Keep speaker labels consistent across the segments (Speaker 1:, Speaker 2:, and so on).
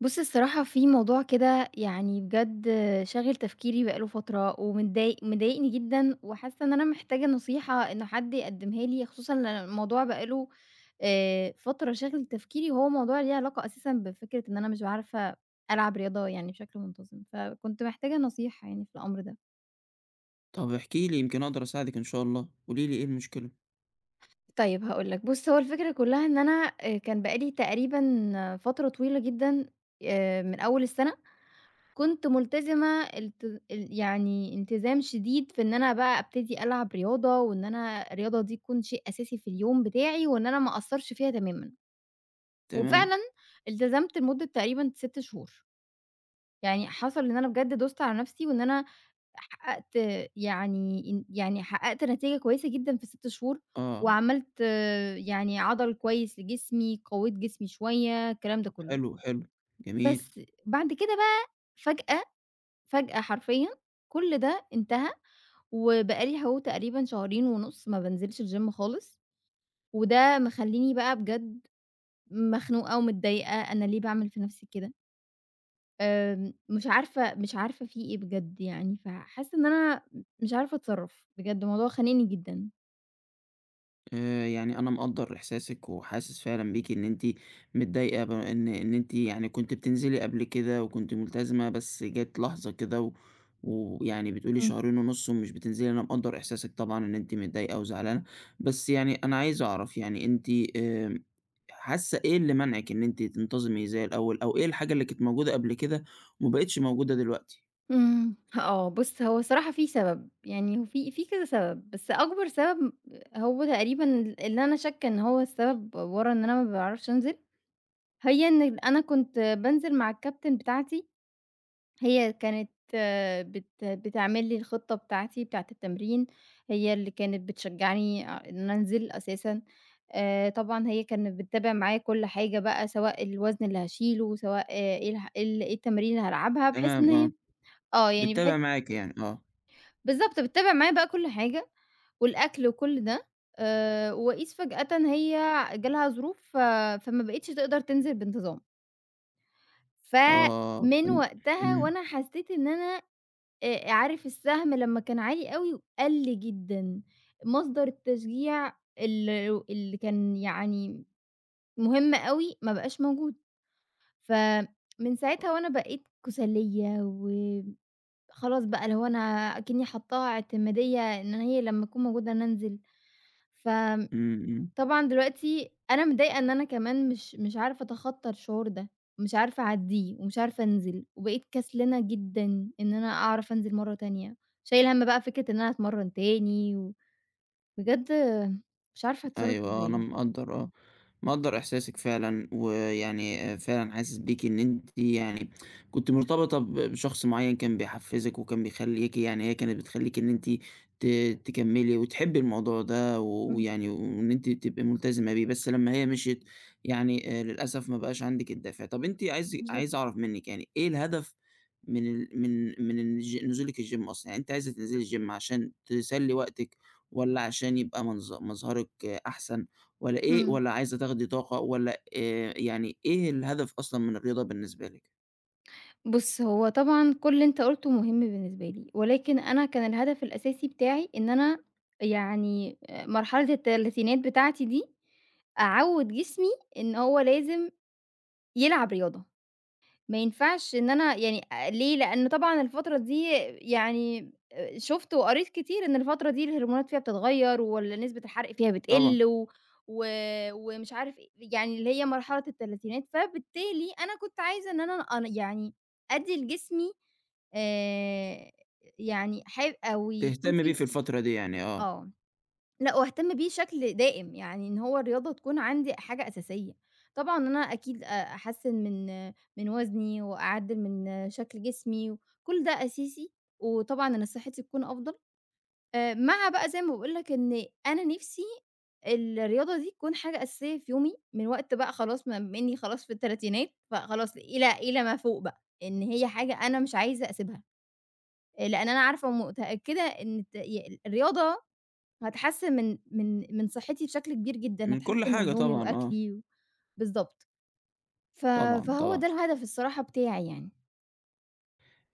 Speaker 1: بُص الصراحة في موضوع كده يعني بجد شاغل تفكيري بقى له فترة، ومتضايق مضايقني جدًا، وحاسة إن أنا محتاجة نصيحة إن حد يقدمها لي، خصوصًا إن الموضوع بقى له فترة شاغل تفكيري، وهو موضوع ليه علاقة أساسًا بفكرة إن أنا مش عارفة ألعب رياضة يعني بشكل منتظم، فكنت محتاجة نصيحة يعني في الأمر ده.
Speaker 2: طب احكي لي يمكن أقدر أساعدِك إن شاء الله، قولي لي إيه المشكلة؟
Speaker 1: طيب هاقول لك، بُص هو الفكرة كلها إن أنا كان بقى لي تقريبًا فترة طويلة جدًا من أول السنة كنت ملتزمة الت ال يعني التزام شديد في إن أنا بقى أبتدي ألعب رياضة، وإن أنا الرياضة دي تكون شيء أساسي في اليوم بتاعي، وإن أنا ما أقصّرش فيها تمامًا،
Speaker 2: تمام،
Speaker 1: وفعلًا التزمت لمدة تقريبًا 6 شهور، يعني حصل إن أنا بجد دُست على نفسي، وإن أنا حققت، يعني إن يعني حققت نتيجة كويسة جدًا في 6 شهور،
Speaker 2: آه،
Speaker 1: وعملت يعني عضل كويس لجسمي، قوّيت جسمي شوية، الكلام ده كلّه،
Speaker 2: حلو، حلو، جميل،
Speaker 1: بس بعد كده بقى فجأة فجأة حرفيًا كل ده انتهى، وبقى لي أهو تقريبًا شهرين ونُص ما بانزلش الgym خالص، وده مخلّيني بقى بجد مخنوقة ومتضايقة، أنا ليه باعمل في نَفْسي كده؟ مش عارفة مش عارفة في إيه بجد يعني، فحاسة إن أنا مش عارفة أتصرّف، بجد الموضوع خانقني جدًا.
Speaker 2: يعني أنا مقدّر إحساسِك وحاسس فعلًا بيكِ إن أنتِ متضايقة ب إن إن أنتِ يعني كنتِ بتنزلي قبل كده وكنتِ ملتزمة، بس جات لحظة كده و بتقولي
Speaker 1: إمم.
Speaker 2: شهرين ونُص ومش بتنزلي، أنا مقدّر إحساسِك طبعًا إن أنتِ متضايقة وزعلانة، بس يعني أنا عايز أعرف يعني أنتِ آمم، حاسة إيه اللي مانعِك إن أنتِ تنتظمي زي الأول، أو إيه الحاجة اللي كانت موجودة قبل كده وما بقتش موجودة دلوقتي؟
Speaker 1: إمم، آه، بُص هو الصراحة في سبب، يعني هو في كذا سبب، بس أكبر سبب هو تقريبًا اللي أنا شاكة إن هو السبب ورا إن أنا ما باعرفش أنزل هي إن أنا كنت بانزل مع الكابتن بتاعتي، هي كانت آه، بتعمل لي الخطة بتاعتي بتاعة التمرين، هي اللي كانت بتشجّعني إن أنا أنزل أساسًا. طبعًا هي كانت بتتابع معايا كل حاجة بقى، سواء الوزن اللي هاشيله، سواء آه، إيه الح إيه ال إيه التمارين اللي هالعبها، بحيث إن
Speaker 2: تمام آه،
Speaker 1: هي آه، يعني بحيث
Speaker 2: بتتابع معاكِ يعني، آه،
Speaker 1: بالضبط، بتتابع معايا بقى كل حاجة، والأكل وكل ده، وإذ فجأةً هي جالها ظروف فما بقتش تقدر تنزل بانتظام.
Speaker 2: آه،
Speaker 1: فمن
Speaker 2: إمم،
Speaker 1: وقتها
Speaker 2: إمم،
Speaker 1: وأنا حسيت إن أنا عارف السهم لمّا كان عالي أوي قَل جدًا، مصدر التشجيع ال اللي كان يعني مهم أوي ما بقاش موجود، فمن ساعتها وأنا بقيت كُسليّة وخلاص بقى اللي هو أنا أكنّي حاطّاها اعتمادية إن هي لمّا أكون موجودة أنا أنزل. ف
Speaker 2: إمم، إمم،
Speaker 1: طبعًا دلوقتي أنا متضايقة إن أنا كمان مش عارفة أتخطّى الشعور ده، مش عارفة أعدّيه ومش عارفة أنزل، وبقيت كسلانة جدًا إن أنا أعرف أنزل مرّة تانية، شايلة هَم بقى فكرة إن أنا هاتمرّن تاني وبجد مش عارفة أتصرّف
Speaker 2: أيوه آه، أنا
Speaker 1: إزاي.
Speaker 2: مقدّر آه، مقدّر إحساسِك فعلًا، ويعني فعلًا حاسس بيكِ إن أنتِ يعني كنتِ مرتبطة بشخص معيّن كان بيحفّزِك وكان بيخلّيكِ يعني هي كانت بتخلّيكِ إن أنتِ ت تكمّلي وتحبّي الموضوع ده، و
Speaker 1: إمم،
Speaker 2: ويعني وإن أنتِ تبقي ملتزمة بيه، بس لمّا هي مشيت يعني للأسف ما بقاش عندِك الدافع. طَب أنتِ
Speaker 1: بالضبط،
Speaker 2: عايز أعرف منِّك يعني إيه الهدف من ال من من الج نزولِك الgym أصلًا؟ يعني أنتِ عايزة تنزلي الgym عشان تسلّي وقتِك والّا عشان يبقى مظهرِك أحسن والّا إيه
Speaker 1: إمم.
Speaker 2: والّا عايزة تاخدي طاقة والّا يعني إيه الهدف أصلًا من الرياضة بالنسبة لِك؟
Speaker 1: بُص، هو طبعًا كل اللي أنت قُلته مهم بالنسبة لي، ولكن أنا كان الهدف الأساسي بتاعي إن أنا يعني مرحلة التلاتينات بتاعتي دي أعوّد جسمي إن هو لازم يلعب رياضة. ما ينفعش إن أنا يعني ليه؟ لإن طبعًا الفترة دي يعني شُفت وقريت كتير إن الفترة دي الهرمونات فيها بتتغيّر وال نسبة الحرق فيها
Speaker 2: طبعًا،
Speaker 1: بتقِل و ومش عارف إيه، يعني اللي هي مرحلة التلاتينات، فبالتالي أنا كنت عايزة إن أنا يعني أدّي لجسمي آآ يعني ح أو يكون
Speaker 2: تهتمي بيه
Speaker 1: في
Speaker 2: في الفترة دي يعني آه،
Speaker 1: آه. لأ، واهتم بيه شكل دائم، يعني إن هو الرياضة تكون عندي حاجة أساسية. طبعًا أنا أكيد أحسّن من وزني وأعدّل من شكل جسمي، كل ده أساسي، وطبعًا أنا صحّتي تكون أفضل. مع بقى زي ما باقول لك إن أنا نِفْسي الرياضة دي تكون حاجة أساسية في يومي، من وقت بقى خلاص ما بما إنّي خلاص في التلاتينات، فخلاص إلى ما فوق بقى، إن هي حاجة أنا مش عايزة أسيبها، آه، لإن أنا عارفة ومتأكدة إن الت ي الرياضة هتحسّن من صحّتي بشكل كبير جدًا،
Speaker 2: من كل
Speaker 1: هتحسّن من
Speaker 2: حاجة
Speaker 1: نومي
Speaker 2: طبعًا آه،
Speaker 1: وأكلي و بالضبط. ف
Speaker 2: طبعًا،
Speaker 1: فهو
Speaker 2: طبعًا.
Speaker 1: ده الهدف الصراحة بتاعي يعني.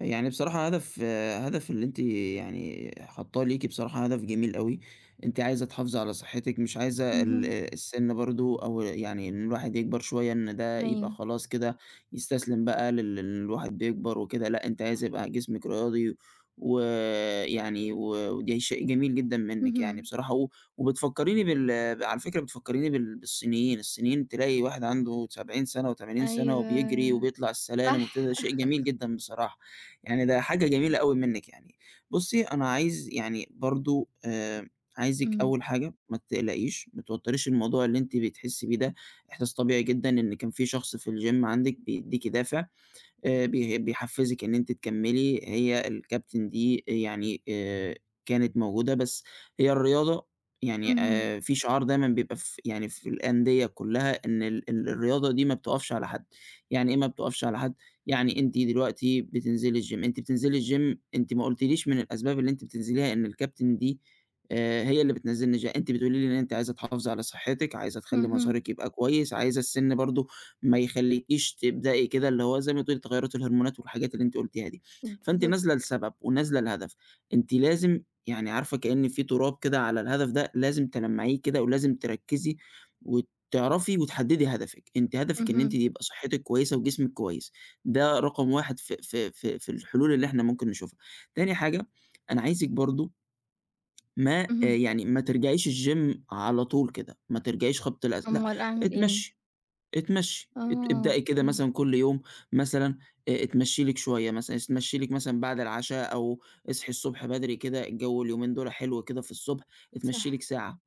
Speaker 2: يعني بصراحة هدف آه، هدف اللي أنتِ يعني حاطاه ليكِ بصراحة هدف جميل أوي، أنتِ عايزة تحافظي على صحتِك، مش عايزة ال
Speaker 1: اهم.
Speaker 2: آه، السِن برضه أو يعني إن الواحد يكبر شوية إن ده يبقى
Speaker 1: أيوه،
Speaker 2: خلاص كده يستسلم بقى لإن الواحد بيكبر وكده، لأ أنتِ
Speaker 1: صح.
Speaker 2: عايزة يبقى جسمِك رياضي و وده شيء جميل جدًا منِّك يعني
Speaker 1: اهم.
Speaker 2: بصراحة و وبتفكّريني بال آه، على فكرة بتفكّريني بالصينيين، الصينيين تلاقي واحد عنده 70 سَنة و80 سَنة وبيجري
Speaker 1: أيوه.
Speaker 2: وبيطلع السلالم وبتاع،
Speaker 1: صح.
Speaker 2: ده شيء جميل جدًا بصراحة. يعني ده حاجة جميلة أوي منِّك يعني. بُصّي، أنا عايز يعني برضه عايزِك
Speaker 1: إمم.
Speaker 2: أول حاجة ما تقلقيش، ما توتّريش الموضوع اللي أنتِ بتحسّي بيه ده، إحساس طبيعي جدًا إن كان في شخص في الgym عندِك بيدّيكِ دافع، بي بيحفّزِك إن أنتِ تكمّلي، هي الكابتن دي يعني كانت موجودة، بس هي الرياضة يعني
Speaker 1: اهم.
Speaker 2: في شعار دايمًا بيبقى في يعني في الأندية كُلّها إن ال ال الرياضة دي ما بتُقفش على حد، يعني إيه ما بتُقفش على حد؟ يعني أنتِ دلوقتي بتنزلي الgym، أنتِ ما قُلتيليش من الأسباب اللي أنتِ بتنزليها إن الكابتن دي هي اللي بتنزّلني الg أنتِ بتقولي لي إن أنتِ عايزة تحافظي على صحّتِك، عايزة تخلّي
Speaker 1: اهم.
Speaker 2: مظهرِك يبقى كويس، عايزة السِن برضه ما يخلّيكيش تبدئي كده اللي هو زي ما تقولي تغيُّرات الهرمونات والحاجات اللي أنتِ قُلتيها دي، فأنتِ
Speaker 1: بالضبط.
Speaker 2: نازلة لسبب ونازلة لهدف، أنتِ لازم يعني عارفة كإن في تراب كده على الهدف ده لازم تلمّعيه كده ولازم تركّزي وتعرفي وتحدّدي هدفِك، أنتِ هدفِك إن أنتِ
Speaker 1: اهم.
Speaker 2: يبقى صحتِك كويسة وجسمِك كويس، ده رقم 1 في الحلول اللي إحنا ممكن نشوفها. تاني حاجة، أنا عايزِك برضه ما آآ
Speaker 1: اهم.
Speaker 2: ما ترجعيش الgym على طول كده، ما ترجعيش خبط لزق، لأ،
Speaker 1: أُمّال أعمل إيه؟
Speaker 2: اتمشّي. اتمشّي،
Speaker 1: آه،
Speaker 2: ابدئي كده
Speaker 1: أوكي.
Speaker 2: مثلًا كل يوم مثلًا اتمشّي لِك شوية مثلًا، اتمشّي لِك مثلًا بعد العشا أو اصحي الصبح بدري كده، الجو اليومين دول حلو كده في الصبح،
Speaker 1: صح.
Speaker 2: اتمشّي لِك ساعة.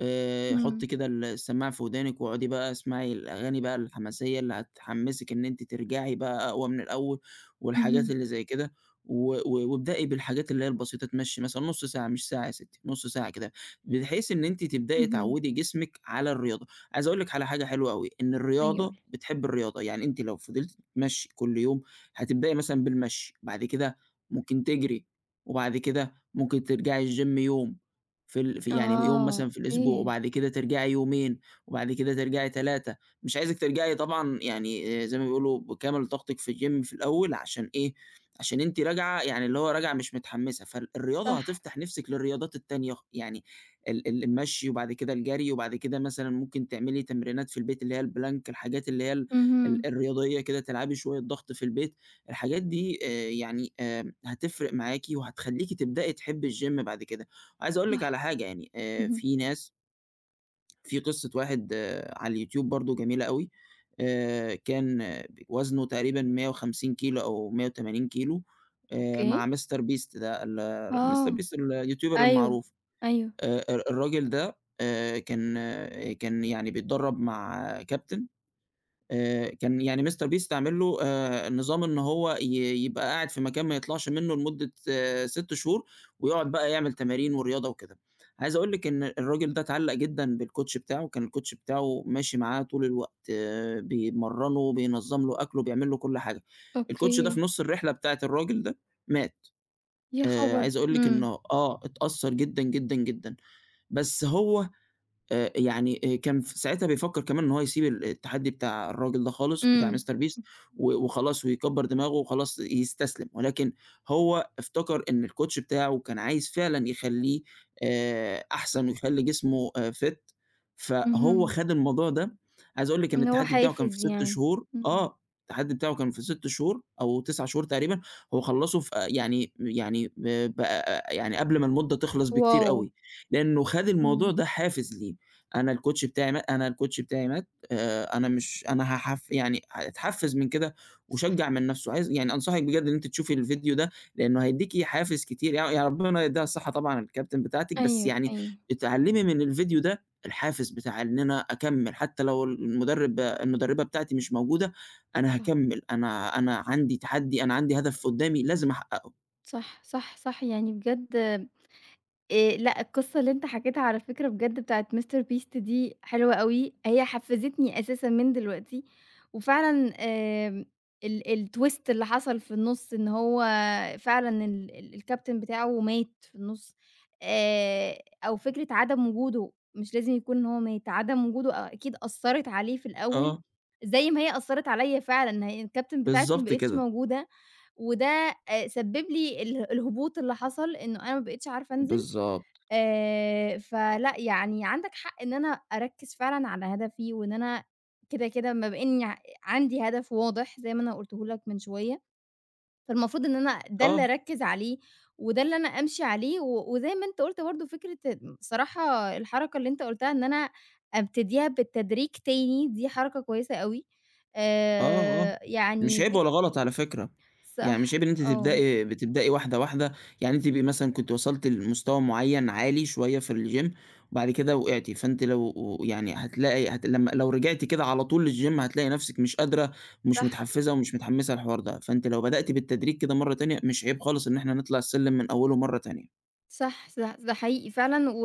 Speaker 2: حُطّي
Speaker 1: إمم.
Speaker 2: كده السماعة في ودانِك واقعدي بقى اسمعي الأغاني بقى الحماسية اللي هتحمّسِك إن أنتِ ترجعي بقى أقوى من الأول والحاجات
Speaker 1: اهم.
Speaker 2: اللي زي كده، و و وابدئي بالحاجات اللي هي البسيطة تمشّي مثلًا نُص ساعة مش ساعة يا ستّي، نُص ساعة كده، بحيث إن أنتِ تبدئي
Speaker 1: اهم.
Speaker 2: تعوّدي جسمِك على الرياضة. عايز أقول لِك على حاجة حلوة أوي، إن
Speaker 1: أيوه، قُل
Speaker 2: الرياضة
Speaker 1: لي.
Speaker 2: بتحب الرياضة، يعني أنتِ لو فضلتِ تتمشّي كل يوم هتبدئي مثلًا بالمشي، بعد كده ممكن تجري، وبعد كده ممكن ترجعي الgym يوم، في يوم
Speaker 1: آه،
Speaker 2: مثلًا في الأسبوع،
Speaker 1: أوكي.
Speaker 2: وبعد كده ترجعي يومين، وبعد كده ترجعي 3، مش عايزِك ترجعي طبعًا يعني زي ما بيقولوا بكامل طاقتِك في الgym في الأول عشان إيه، عشان أنتِ راجعة يعني اللي هو راجعة مش متحمسة، فالرياضة
Speaker 1: صح.
Speaker 2: هتفتح نِفسِك للرياضات التانية خ يعني ال ال المشي وبعد كده الجري، وبعد كده مثلًا ممكن تعملي تمرينات في البيت اللي هي البلانك، الحاجات اللي هي ال ال
Speaker 1: اهم.
Speaker 2: الرياضية كده تلعبي شوية ضغط في البيت، الحاجات دي يعني آمم هتفرق معاكِ وهتخلّيكِ تبدئي تحبّي الgym بعد كده. عايز أقول لِك
Speaker 1: صح.
Speaker 2: على حاجة يعني،
Speaker 1: اهم.
Speaker 2: في ناس في قصة واحد آه، على اليوتيوب برضه جميلة أوي، كان ب وزنه تقريبًا 150 كيلو أو 180 كيلو، مع
Speaker 1: أوكي.
Speaker 2: Mister Beast ده ال Mister
Speaker 1: آه.
Speaker 2: Beast اليوتيوبر
Speaker 1: أيوه،
Speaker 2: المعروف،
Speaker 1: أيوه.
Speaker 2: آآ الراجل ده كان آه، كان يعني بيتدرب مع كابتن كان يعني Mister Beast عامل له نظام إن هو يبقى قاعد في مكان ما يطلعش منه لمدة 6 شهور، ويقعد بقى يعمل تمارين ورياضة وكده. عايز أقول لِك إن الراجل ده اتعلّق جدًا بالcoach بتاعه، كان الcoach بتاعه ماشي معاه طول الوقت، آه، بيمرّنه، بينظّم له أكله، بيعمل له كل حاجة. الcoach ده في
Speaker 1: أوكي.
Speaker 2: نُص الرحلة بتاعة الراجل ده مات.
Speaker 1: يا خبر!
Speaker 2: عايز أقول لِك
Speaker 1: إمم،
Speaker 2: إنه آه، اتأثّر جدًا، جدًا، جدًا، بس هو كان ساعتها بيفكّر كمان إن هو يسيب التحدّي بتاع الراجل ده خالص، بتاع
Speaker 1: إمم،
Speaker 2: Mr. Beast و وخلاص ويكبّر دماغه وخلاص يستسلم، ولكن هو افتكر إن الcoach بتاعه كان عايز فعلًا يخلّيه أحسن ويخلّي جسمه fit فهو
Speaker 1: اهم،
Speaker 2: خَد الموضوع ده، عايز أقول لِك إن
Speaker 1: إن هو
Speaker 2: التحدّي بتاعه كان في
Speaker 1: حافز
Speaker 2: 6
Speaker 1: يعني.
Speaker 2: شهور
Speaker 1: إمم،
Speaker 2: آه، التحدّي بتاعه كان في 6 شهور أو 9 شهور تقريبًا، هو خلّصه في أ يعني يعني ب بقى آه، يعني قبل ما المدة تخلص بكتير
Speaker 1: واو!
Speaker 2: أوي، لإنه خَد الموضوع
Speaker 1: إمم،
Speaker 2: ده حافز ليه. أنا الكوتش بتاعي مات، أنا مش أنا هاحف يعني اتحفز من كده
Speaker 1: صح،
Speaker 2: وشجّع من نفسه، عايز يعني أنصحِك بجد إن أنتِ تشوفي الفيديو ده، لأنه هيدّيكِ حافز كتير يا ربنا يدّيها الصحة طبعًا الكابتن بتاعتِك، بس
Speaker 1: أيوه،
Speaker 2: يعني
Speaker 1: أيوه،
Speaker 2: اتعلمي من الفيديو ده الحافز بتاع إن أنا أكمّل، حتى لو المدربة بتاعتي مش موجودة، أنا
Speaker 1: صح،
Speaker 2: هاكمّل، أنا عندي تحدي، أنا عندي هدف قدّامي لازم أحققه.
Speaker 1: صح، صح، صح، يعني بجد لأ، القصة اللي أنت حكيتها على فكرة بجد بتاعة Mister Beast دي حلوة أوي، هي حفّزتني أساسًا من دلوقتي، وفعلًا الTwist اللي حصل في النُص إن هو فعلًا ال ال الكابتن بتاعه مات في النُص، آآ أو فكرة عدم وجوده، مش لازم يكون إن هو مات، عدم وجوده أكيد أثّرت عليه في الأول
Speaker 2: آه،
Speaker 1: زي ما هي أثّرت عليّا فعلًا، هي الكابتن بتاعتي ما
Speaker 2: بالضبط
Speaker 1: بقتش
Speaker 2: كده،
Speaker 1: موجودة، وده سبِّب لي الهبوط اللي حصل إنه أنا ما بقيتش عارفة أنزل.
Speaker 2: بالضبط،
Speaker 1: فلأ يعني عندك حق إن أنا أركّز فعلًا على هدفي، وإن أنا كده أمّا بما إني عندي هدف واضح زي ما أنا قُلته لك من شوية، فالمفروض إن أنا ده اللي
Speaker 2: آه.
Speaker 1: أركّز عليه، وده اللي أنا أمشي عليه. وزي ما أنت قُلت برضه فكرة الصراحة الحركة اللي أنت قُلتها إن أنا أبتديها بالتدريج تاني، دي حركة كويسة أوي.
Speaker 2: آه، آه، مش
Speaker 1: يعني
Speaker 2: عيب
Speaker 1: فك
Speaker 2: ولا غلط على فكرة، يعني
Speaker 1: صح،
Speaker 2: مش عيب إن أنتِ
Speaker 1: آه،
Speaker 2: تبدئي بتبدئي واحدة، واحدة، يعني أنتِ تبقي مثلًا كنتِ وصلتِ لمستوى معيّن عالي شوية في الgym وبعد كده وقعتِ، فأنتِ لو يعني هتلاقي هت لمّا لو رجعتِ كده على طول للgym هتلاقي نفسِك مش قادرة ومش
Speaker 1: صح.
Speaker 2: متحفّزة ومش متحمّسة للحوار ده، فأنتِ لو بدأتِ بالتدريج كده مرّة تانية مش عيب خالص إن إحنا نطلع السلِّم من أوله مرّة تانية.
Speaker 1: صح، صح، ده حقيقي فعلًا.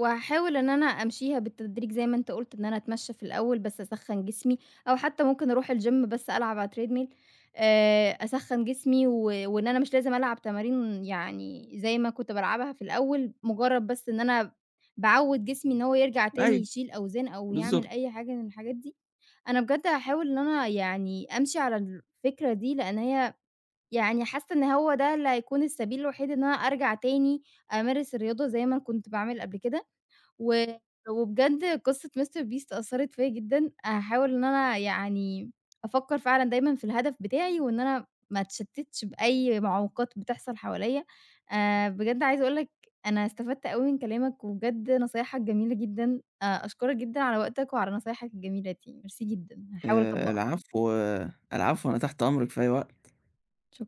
Speaker 1: وهاحاول إن أنا أمشيها بالتدريج زي ما أنت قُلت، إن أنا أتمشى في الأول بس أسخّن جسمي، أو حتى ممكن أروح الgym بس ألعب على treadmill، أسخّن جسمي. وإن أنا مش لازم ألعب تمارين يعني زي ما كنت بالعبها في الأول، مجرد بس إن أنا باعوّد جسمي إن هو يرجع تاني
Speaker 2: أيوه،
Speaker 1: يشيل أوزان أو يعمل
Speaker 2: بالضبط.
Speaker 1: أي حاجة من الحاجات دي. أنا بجد هاحاول إن أنا يعني أمشي على الفكرة دي، لأن هي يعني حاسة إن هو ده اللي هيكون السبيل الوحيد إن أنا أرجع تاني أمارس الرياضة زي ما كنت باعمل قبل كده. و وبجد قصة مستر بيست أثّرت فيّا جدًا، هاحاول إن أنا يعني أفكّر فعلًا دايمًا في الهدف بتاعي وإن أنا ما أتشتّتش بأي معوقات بتحصل حواليّا. بجد عايزة أقول لك أنا استفدت أوي من كلامك، وبجد نصايحك جميلة جدًا، أشكرك جدًا على وقتك وعلى نصايحك الجميلة دي، ميرسي جدًا، هاحاول أطبّقها.
Speaker 2: العفو، العفو أنا تحت أمرِك في أي وقت.
Speaker 1: شك